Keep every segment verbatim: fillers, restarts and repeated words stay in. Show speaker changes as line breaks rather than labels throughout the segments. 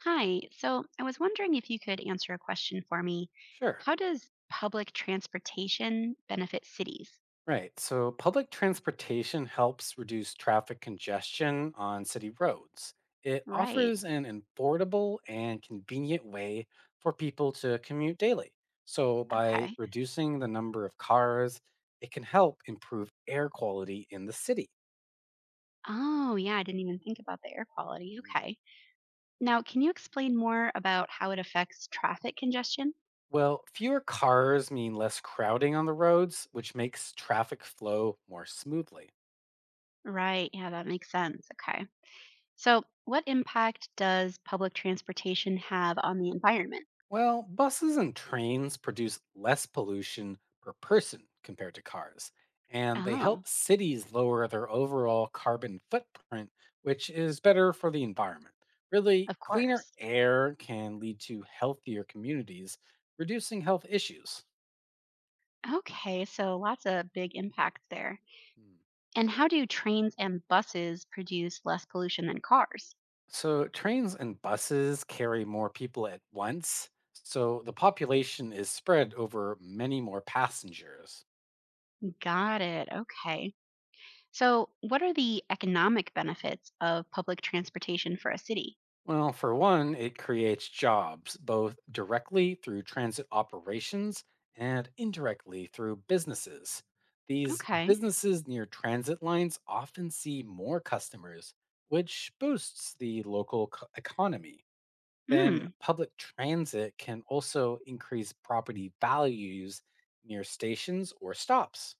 Hi. So I was wondering if you could answer a question for me.
Sure.
How does public transportation benefit cities?
Right. So public transportation helps reduce traffic congestion on city roads. It
Right.
offers an affordable and convenient way for people to commute daily. So by
Okay.
reducing the number of cars, it can help improve air quality in the city.
Oh, yeah. I didn't even think about the air quality. Okay. Now, can you explain more about how it affects traffic congestion?
Well, fewer cars mean less crowding on the roads, which makes traffic flow more smoothly.
Right. Yeah, that makes sense. Okay. So, what impact does public transportation have on the environment?
Well, buses and trains produce less pollution per person compared to cars, and they
Oh,
help cities lower their overall carbon footprint, which is better for the environment. Really,
of
cleaner
course.
air can lead to healthier communities, reducing health issues.
Okay. So, lots of big impacts there.
Hmm.
And how do trains and buses produce less pollution than cars?
So, trains and buses carry more people at once, so the population is spread over many more passengers.
Got it. Okay. So, what are the economic benefits of public transportation for a city?
Well, for one, it creates jobs, both directly through transit operations and indirectly through businesses. These
Okay.
businesses near transit lines often see more customers, which boosts the local co- economy. Then,
Mm.
public transit can also increase property values near stations or stops.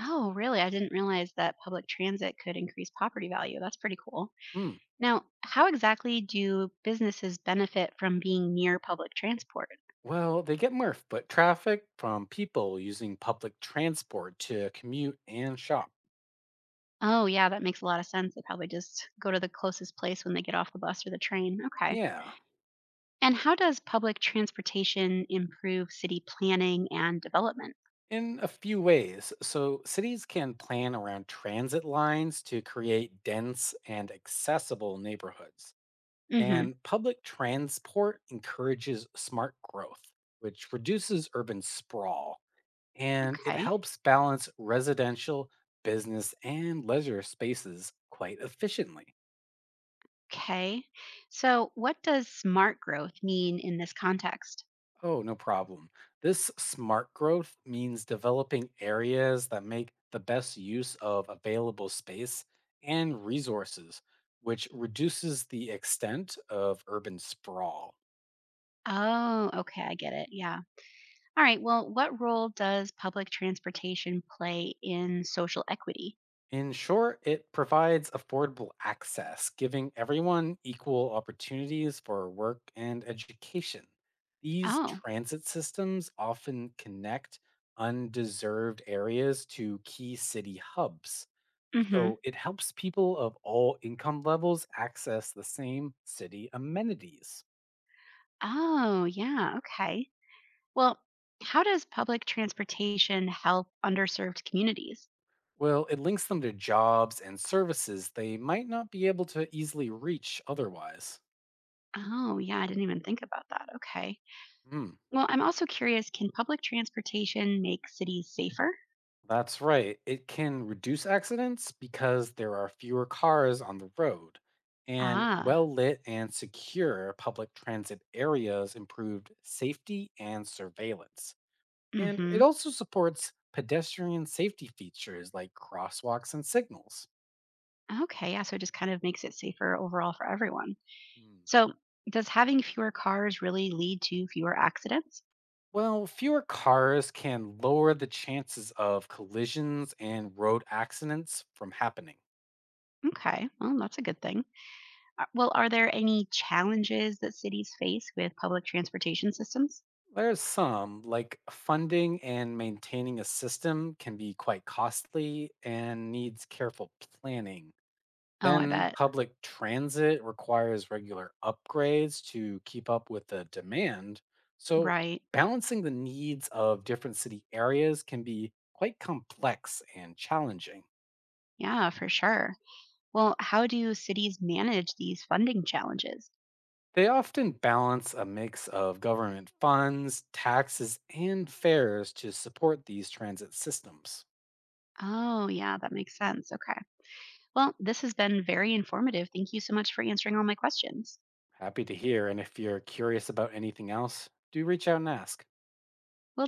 Oh, really? I didn't realize that public transit could increase property value. That's pretty cool.
Hmm.
Now, how exactly do businesses benefit from being near public transport?
Well, they get more foot traffic from people using public transport to commute and shop.
Oh, yeah, that makes a lot of sense. They probably just go to the closest place when they get off the bus or the train. Okay.
Yeah,
And how does public transportation improve city planning and development?
in a few ways. So, cities can plan around transit lines to create dense and accessible neighborhoods.
Hmm.
And public transport encourages smart growth, which reduces urban sprawl. And it
Okay.
helps balance residential, business, and leisure spaces quite efficiently.
Okay. So, what does smart growth mean in this context?
Oh, no problem. This smart growth means developing areas that make the best use of available space and resources, which reduces the extent of urban sprawl.
Oh, okay. I get it. Yeah. All right. Well, what role does public transportation play in social equity?
In short, it provides affordable access, giving everyone equal opportunities for work and education. These
Oh,
transit systems often connect undeserved areas to key city hubs.
mm-hmm.
So it helps people of all income levels access the same city amenities.
Oh, yeah. Okay. Well, how does public transportation help underserved communities?
Well, it links them to jobs and services they might not be able to easily reach otherwise.
Oh, yeah. I didn't even think about that. Okay.
Hmm.
Well, I'm also curious, can public transportation make cities safer?
That's right. It can reduce accidents because there are fewer cars on the road, and
Ah,
well lit and secure public transit areas improved safety and surveillance.
mm
And
hmm.
it also supports pedestrian safety features like crosswalks and signals.
Okay, yeah, so it just kind of makes it safer overall for everyone.
Hmm.
So, does having fewer cars really lead to fewer accidents?
Well, fewer cars can lower the chances of collisions and road accidents from happening.
Okay, well, that's a good thing. Uh, Well, are there any challenges that cities face with public transportation systems?
There's some, like funding and maintaining a system can be quite costly and needs careful planning.
Oh, I
Then,
bet.
public transit requires regular upgrades to keep up with the demand. So,
Right.
balancing the needs of different city areas can be quite complex and challenging.
Yeah, for sure. Well, how do cities manage these funding challenges?
They often balance a mix of government funds, taxes, and fares to support these transit systems.
Oh, yeah, that makes sense. Okay. Well, this has been very informative. Thank you so much for answering all my questions.
Happy to hear. And if you're curious about anything else, do reach out and ask.
Well.